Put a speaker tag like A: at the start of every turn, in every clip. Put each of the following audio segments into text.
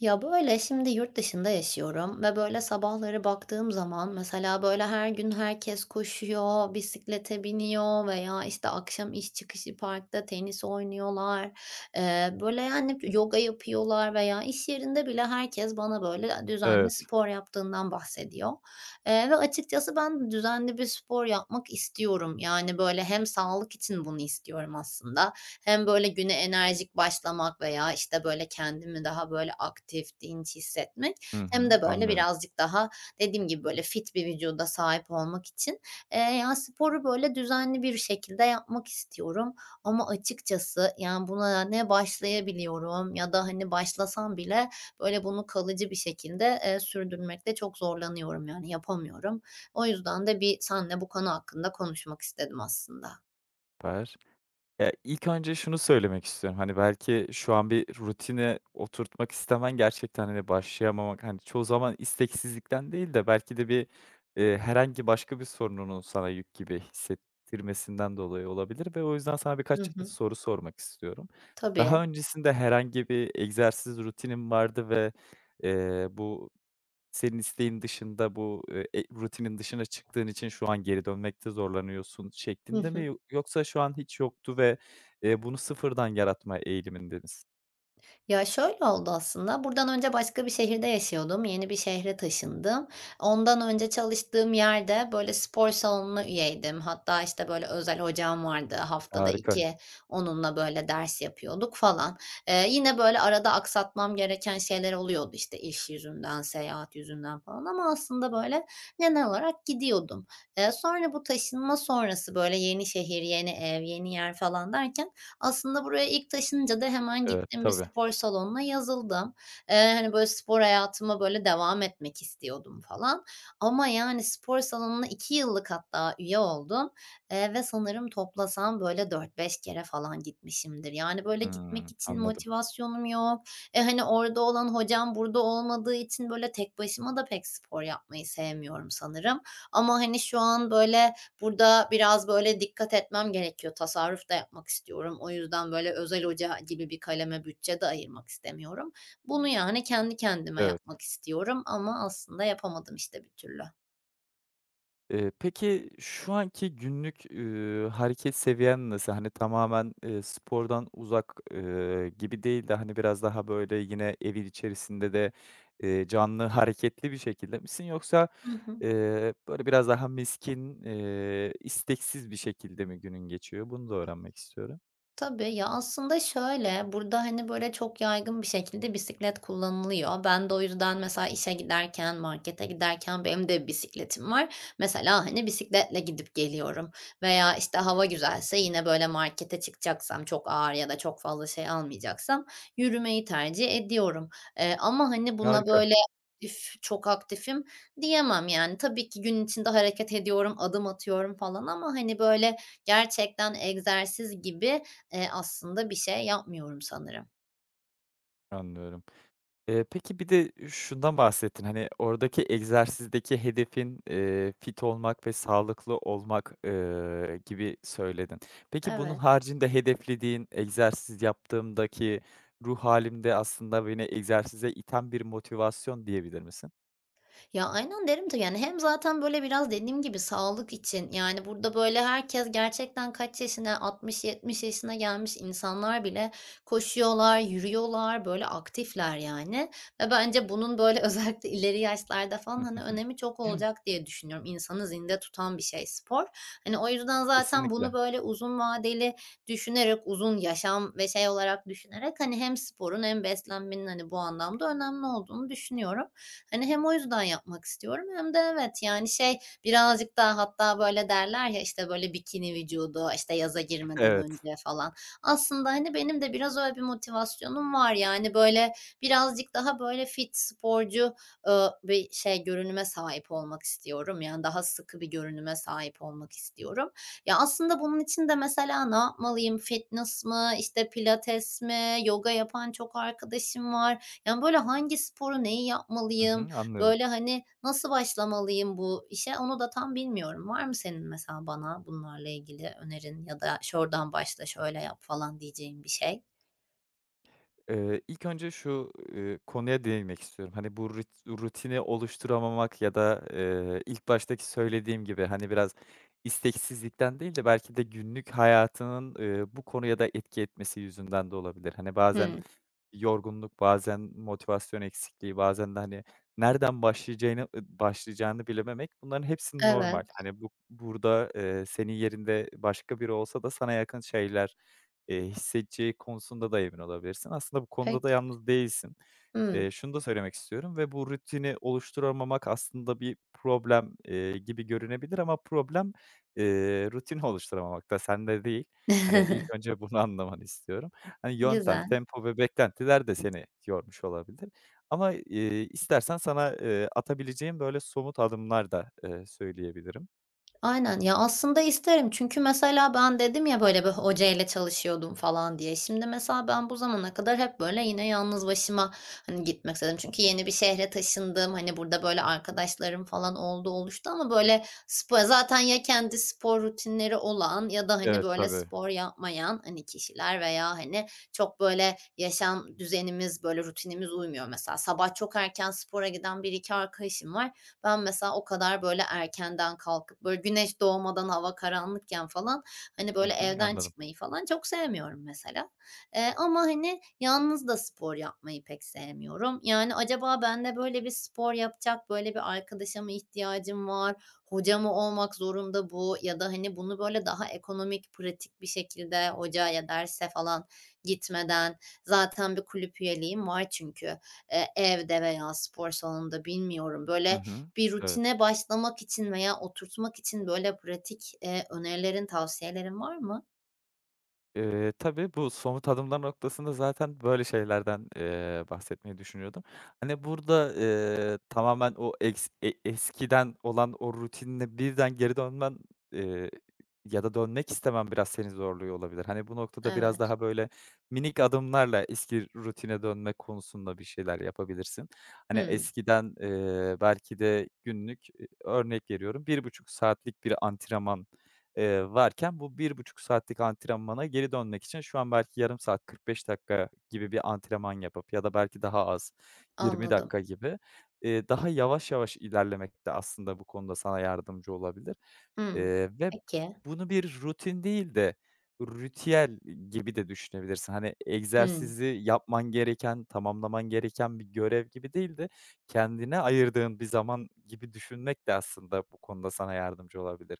A: Ya, böyle, şimdi yurt dışında yaşıyorum ve, böyle, sabahları baktığım zaman mesela, böyle, her gün herkes koşuyor, bisiklete biniyor veya, işte, akşam iş çıkışı parkta tenis oynuyorlar. Böyle, yani, yoga yapıyorlar veya iş yerinde bile herkes bana, böyle, düzenli
B: Evet.
A: spor yaptığından bahsediyor. Ve açıkçası ben de düzenli bir spor yapmak istiyorum. Yani, böyle, hem sağlık için bunu istiyorum aslında, hem böyle güne enerjik başlamak veya, işte, böyle, kendimi daha, böyle, aktif, dinç hissetmek,
B: Hı
A: hem
B: hı,
A: de, böyle,
B: anlıyorum.
A: birazcık daha dediğim gibi, böyle, fit bir vücuda sahip olmak için, ya, sporu, böyle, düzenli bir şekilde yapmak istiyorum ama açıkçası, yani, buna ne başlayabiliyorum ya da, hani, başlasam bile, böyle, bunu kalıcı bir şekilde, sürdürmekte çok zorlanıyorum, yani, yapamıyorum. O yüzden de bir senle bu konu hakkında konuşmak istedim aslında.
B: Süper. Ya, ilk önce şunu söylemek istiyorum, hani, belki şu an bir rutine oturtmak istemen gerçekten, hani, başlayamamak, hani, çoğu zaman isteksizlikten değil de belki de bir herhangi başka bir sorununun sana yük gibi hissettirmesinden dolayı olabilir ve o yüzden sana
A: Hı
B: birkaç
A: hı.
B: soru sormak istiyorum.
A: Tabii.
B: Daha öncesinde herhangi bir egzersiz rutinin vardı ve, bu Senin isteğin dışında bu rutinin dışına çıktığın için şu an geri dönmekte zorlanıyorsun
A: Hı
B: şeklinde mi?
A: hı.
B: Yoksa şu an hiç yoktu ve, bunu sıfırdan yaratma eğiliminde misin?
A: Ya, şöyle oldu aslında, buradan önce başka bir şehirde yaşıyordum, yeni bir şehre taşındım. Ondan önce çalıştığım yerde, böyle, spor salonuna üyeydim. Hatta, işte, böyle, özel hocam vardı, haftada
B: Harika.
A: 2 onunla, böyle, ders yapıyorduk falan. Yine, böyle, arada aksatmam gereken şeyler oluyordu, işte, iş yüzünden, seyahat yüzünden falan ama aslında, böyle, genel olarak gidiyordum. Sonra bu taşınma sonrası, böyle, yeni şehir, yeni ev, yeni yer falan derken aslında buraya ilk taşınınca da hemen
B: Evet,
A: gittim bir
B: tabii.
A: spor salonuna yazıldım. Hani, böyle, spor hayatıma, böyle, devam etmek istiyordum falan ama, yani, spor salonuna 2 yıllık hatta üye oldum, ve sanırım toplasam, böyle, dört beş kere falan gitmişimdir. Yani, böyle, gitmek
B: Hımm,
A: için
B: anladım.
A: motivasyonum yok. Hani, orada olan hocam burada olmadığı için, böyle, tek başıma da pek spor yapmayı sevmiyorum sanırım ama, hani, şu an, böyle, burada biraz böyle dikkat etmem gerekiyor. Tasarruf da yapmak istiyorum. O yüzden böyle özel hoca gibi bir kaleme bütçe de ayırmak istemiyorum. Bunu yani kendi kendime
B: Evet.
A: yapmak istiyorum ama aslında yapamadım işte bir türlü.
B: Peki şu anki günlük, hareket seviyen nasıl? Hani tamamen, spordan uzak, gibi değil de hani biraz daha böyle yine evin içerisinde de, canlı hareketli bir şekilde misin yoksa,
A: Hı hı.
B: böyle biraz daha miskin, isteksiz bir şekilde mi günün geçiyor? Bunu da öğrenmek istiyorum.
A: Tabii. Ya, aslında şöyle, burada, hani, böyle, çok yaygın bir şekilde bisiklet kullanılıyor. Ben de o yüzden mesela işe giderken, markete giderken benim de bir bisikletim var. Mesela, hani, bisikletle gidip geliyorum veya, işte, hava güzelse yine, böyle, markete çıkacaksam çok ağır ya da çok fazla şey almayacaksam yürümeyi tercih ediyorum. Ama, hani, buna,
B: Harika.
A: böyle, "Üf, çok aktifim." diyemem, yani. Tabii ki gün içinde hareket ediyorum, adım atıyorum falan ama, hani, böyle, gerçekten egzersiz gibi aslında bir şey yapmıyorum sanırım.
B: Anlıyorum. Peki bir de şundan bahsettin, hani, oradaki egzersizdeki hedefin, fit olmak ve sağlıklı olmak, gibi söyledin. Peki bunun
A: Evet.
B: haricinde hedeflediğin, egzersiz yaptığımdaki ruh hâlim aslında beni egzersize iten bir motivasyon diyebilir misin?
A: Ya, aynen derim de, yani, hem zaten, böyle, biraz dediğim gibi sağlık için, yani, burada, böyle, herkes gerçekten kaç yaşına, 60-70 yaşına gelmiş insanlar bile koşuyorlar, yürüyorlar, böyle, aktifler, yani, ve bence bunun, böyle, özellikle ileri yaşlarda falan, hani, önemi çok
B: Hı hı.
A: olacak diye düşünüyorum. İnsanı zinde tutan bir şey spor. Hani, o yüzden zaten bunu,
B: Kesinlikle.
A: böyle, uzun vadeli düşünerek uzun yaşam ve şey olarak düşünerek, hani, hem sporun hem beslenmenin, hani, bu anlamda önemli olduğunu düşünüyorum. Hani, hem o yüzden yapmak istiyorum hem de evet, yani, şey, birazcık daha hatta böyle derler ya, işte, böyle bikini vücudu, işte, yaza girmeden
B: Evet.
A: önce falan. Aslında, hani, benim de biraz öyle bir motivasyonum var. Yani, böyle birazcık daha böyle fit, sporcu, bir şey görünüme sahip olmak istiyorum. Yani, daha sıkı bir görünüme sahip olmak istiyorum. Ya, aslında bunun için de mesela ne yapmalıyım? Fitness mı, işte, pilates mi? Yoga yapan çok arkadaşım var. Yani, böyle, hangi sporu, neyi
B: Hı
A: yapmalıyım?
B: hı, anlıyorum.
A: Böyle, hani, nasıl başlamalıyım bu işe? Onu da tam bilmiyorum. Var mı senin mesela bana bunlarla ilgili önerin ya da şuradan başla, şöyle yap falan diyeceğin bir şey?
B: İlk önce şu, konuya değinmek istiyorum. Hani, bu rutini oluşturamamak ya da, ilk baştaki söylediğim gibi, hani, biraz isteksizlikten değil de belki de günlük hayatının, bu konuya da etki etmesi yüzünden de olabilir. Hani, bazen
A: Hımm.
B: yorgunluk, bazen motivasyon eksikliği, bazen de, hani, nereden başlayacağını başlayacağını bilememek bunların hepsi normal.
A: Evet.
B: Hani, bu burada, senin yerinde başka biri olsa da sana yakın şeyler hissedeceği konusunda da emin olabilirsin. Aslında bu konuda da
A: Peki.
B: yalnız değilsin.
A: Hımm.
B: Şunu da söylemek istiyorum ve bu rutini oluşturamamak aslında bir problem, gibi görünebilir ama problem, rutini oluşturamamakta, sende değil. Hani, ilk önce bunu anlamanı istiyorum. Hani, yöntem,
A: Güzel.
B: tempo ve beklentiler de seni yormuş olabilir ama, istersen sana, atabileceğim böyle somut adımlar da, söyleyebilirim.
A: Aynen. Ya, aslında isterim çünkü mesela ben dedim ya, böyle, bir hocayla çalışıyordum falan diye. Şimdi mesela ben bu zamana kadar hep, böyle, yine yalnız başıma, hani, gitmek istedim. Çünkü yeni bir şehre taşındım. Hani, burada, böyle, arkadaşlarım falan oldu, oluştu ama, böyle, spor zaten ya kendi spor rutinleri olan ya da, hani,
B: Evet,
A: böyle,
B: tabii.
A: spor yapmayan, hani, kişiler veya, hani, çok, böyle, yaşam düzenimiz, böyle, rutinimiz uymuyor. Mesela sabah çok erken spora giden bir iki arkadaşım var. Ben mesela o kadar böyle erkenden kalkıp, böyle, güneş doğmadan hava karanlıkken falan, hani,
B: Hı
A: böyle,
B: hı,
A: evden
B: anladım.
A: çıkmayı falan çok sevmiyorum mesela. Ama, hani, yalnız da spor yapmayı pek sevmiyorum. Yani, acaba ben de böyle bir spor yapacak böyle bir arkadaşa mı ihtiyacım var? Hoca mı olmak zorunda bu ya da, hani, bunu böyle daha ekonomik, pratik bir şekilde hocaya, derse falan gitmeden zaten bir kulüp üyeliğim var çünkü, evde veya spor salonunda bilmiyorum.
B: Hı
A: Böyle,
B: hı,
A: bir
B: evet.
A: rutine başlamak için veya oturtmak için böyle pratik, önerilerin, tavsiyelerin var mı?
B: Tabii, bu somut adımlar noktasında zaten böyle şeylerden, bahsetmeyi düşünüyordum. Hani, burada, tamamen o eks e eskiden olan o rutinine birden geri dönmen, eee, ya da dönmek istemem biraz seni zorluyor olabilir. Hani, bu noktada biraz
A: Evet.
B: daha böyle minik adımlarla eski rutine dönme konusunda bir şeyler yapabilirsin. Hani,
A: Hımm,
B: eskiden, belki de günlük, örnek veriyorum, bir buçuk saatlik bir antrenman varken bu bir buçuk saatlik antrenmana geri dönmek için şu an belki yarım saat, 45 dakika gibi bir antrenman yapıp ya da belki daha az 20
A: anladım.
B: dakika gibi, daha yavaş yavaş ilerlemek de aslında bu konuda sana yardımcı olabilir.
A: Hımm.
B: Ve
A: Peki.
B: bunu bir rutin değil de ritüel gibi de düşünebilirsin. Hani,
A: Hımm,
B: egzersizi yapman gereken, tamamlaman gereken bir görev gibi değil de kendine ayırdığın bir zaman gibi düşünmek de aslında bu konuda sana yardımcı olabilir.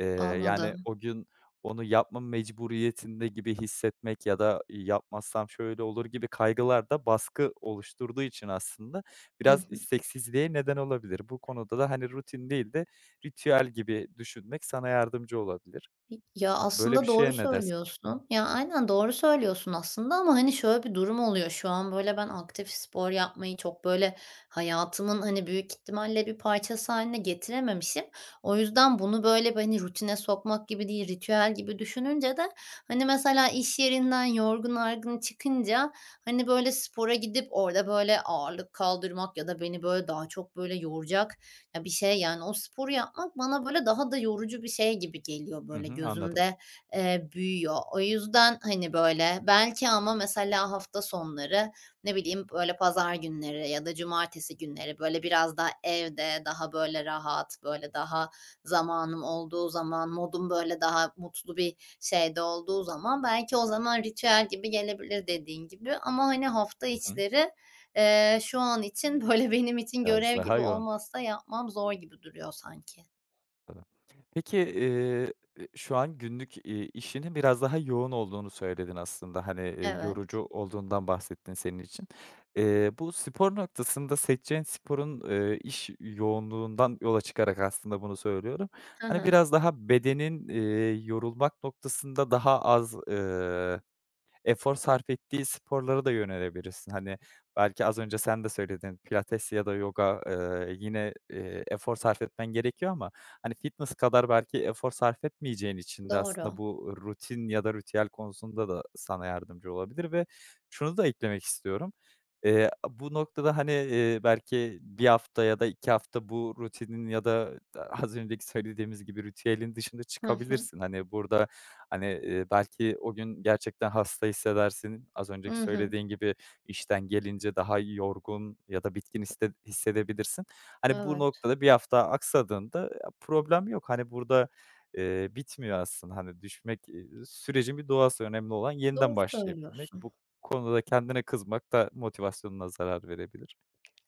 B: Eee, yani,
A: anladım.
B: o gün onu yapma mecburiyetinde gibi hissetmek ya da yapmazsam şöyle olur gibi kaygılar da baskı oluşturduğu için aslında
A: Hı
B: biraz
A: hı.
B: isteksizliğe neden olabilir. Bu konuda da, hani, rutin değil de ritüel gibi düşünmek sana yardımcı olabilir.
A: Ya,
B: Böyle
A: aslında
B: bir
A: doğru
B: şeye ne dersin?
A: söylüyorsun. Ya, aynen doğru söylüyorsun aslında ama, hani, şöyle bir durum oluyor. Şu an, böyle, ben aktif spor yapmayı çok, böyle, hayatımın, hani, büyük ihtimalle bir parçası hâline getirememişim. O yüzden bunu, böyle, bir, hani, rutine sokmak gibi değil, ritüel gibi düşününce de, hani, mesela iş yerinden yorgun argın çıkınca, hani, böyle, spora gidip orada, böyle, ağırlık kaldırmak ya da beni, böyle, daha çok, böyle, yoracak ya, bir şey, yani, o sporu yapmak bana, böyle, daha da yorucu bir şey gibi geliyor,
B: Hı
A: böyle,
B: hı, anladım.
A: gözümde, büyüyor. O yüzden, hani, böyle, belki ama mesela hafta sonları, ne bileyim, böyle, pazar günleri ya da cumartesi günleri, böyle, biraz daha evde, daha, böyle, rahat, böyle, daha zamanım olduğu zaman, modum, böyle, daha mutlu bir şeyde olduğu zaman belki o zaman ritüel gibi gelebilir dediğin gibi ama, hani, hafta
B: Hı hı.
A: içleri şu an için, böyle, benim için
B: Biraz
A: görev gibi
B: daha yoğun.
A: olmazsa yapmam zor gibi duruyor sanki.
B: Tabii. Peki, şu an günlük, işinin biraz daha yoğun olduğunu söyledin aslında. Hani,
A: Evet.
B: yorucu olduğundan bahsettin senin için. Bu spor noktasında seçeceğin sporun, iş yoğunluğundan yola çıkarak aslında bunu söylüyorum.
A: Hı
B: Hani,
A: hı.
B: biraz daha bedenin, yorulmak noktasında daha az, efor sarf ettiği sporlara da yönelebilirsin. Hani, belki az önce sen de söyledin, pilates ya da yoga, yine, efor sarf etmen gerekiyor ama, hani, fitness kadar belki efor sarf etmeyeceğin için de aslında
A: Doğru.
B: bu rutin ya da ritüel konusunda da sana yardımcı olabilir ve şunu da eklemek istiyorum. Eee, bu noktada, hani, belki bir hafta ya da 2 hafta bu rutinin ya da az önceki söylediğimiz gibi ritüelin dışında
A: Hı hı.
B: çıkabilirsin. Hani, burada hani, belki o gün gerçekten hasta hissedersin. Az önceki
A: Hı hı.
B: söylediğin gibi işten gelince daha yorgun ya da bitkin histe hissedebilirsin. Hani, bu
A: Evet.
B: noktada bir hafta aksadığında ya problem yok. Hani, burada, bitmiyor aslında. Hani, düşmek, sürecin bir doğası. Önemli olan yeniden
A: Doğru
B: başlayabilmek.
A: söylüyorsun.
B: Bu konuda kendine kızmak da motivasyonuna zarar verebilir.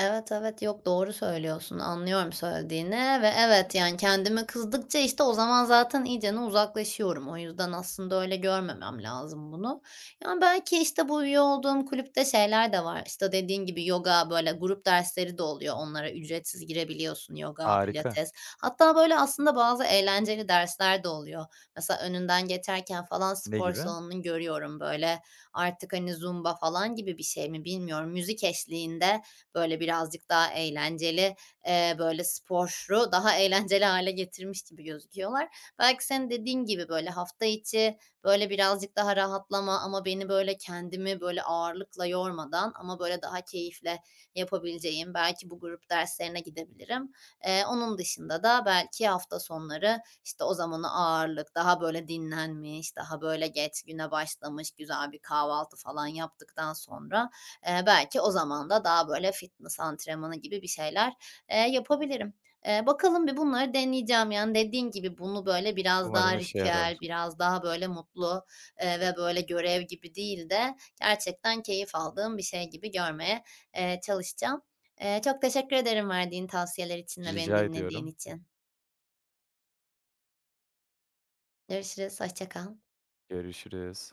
A: Evet, evet. Yok, doğru söylüyorsun. Anlıyorum söylediğini ve evet, yani, kendime kızdıkça, işte, o zaman zaten iyicene uzaklaşıyorum. O yüzden aslında öyle görmemem lazım bunu. Yani, belki, işte, bu üye olduğum kulüpte şeyler de var. İşte, dediğin gibi yoga, böyle, grup dersleri de oluyor. Onlara ücretsiz girebiliyorsun. Yoga,
B: Harika.
A: pilates. Hatta, böyle, aslında bazı eğlenceli dersler de oluyor. Mesela önünden geçerken falan
B: Ne
A: spor
B: gibi?
A: salonunu görüyorum, böyle. Artık, hani, zumba falan gibi bir şey mi bilmiyorum. Müzik eşliğinde böyle birazcık daha eğlenceli, böyle sporu daha eğlenceli hale getirmiş gibi gözüküyorlar. Belki senin dediğin gibi böyle hafta içi böyle birazcık daha rahatlama ama beni böyle kendimi böyle ağırlıkla yormadan ama böyle daha keyifle yapabileceğim belki bu grup derslerine gidebilirim. Onun dışında da belki hafta sonları, işte, o zamanı ağırlık, daha böyle dinlenmiş, daha böyle geç güne başlamış güzel bir kahvaltı falan yaptıktan sonra, belki o zaman da daha böyle fitness antrenmanı gibi bir şeyler, yapabilirim. Bakalım bir bunları deneyeceğim. Yani, dediğin gibi bunu böyle biraz
B: Umarım
A: daha
B: işe
A: ritüel,
B: yarar.
A: biraz daha böyle mutlu, ve böyle görev gibi değil de gerçekten keyif aldığım bir şey gibi görmeye, çalışacağım. Çok teşekkür ederim verdiğin tavsiyeler için ve beni
B: Rica
A: dinlediğin
B: ediyorum.
A: için. Görüşürüz, hoşça kal.
B: Görüşürüz.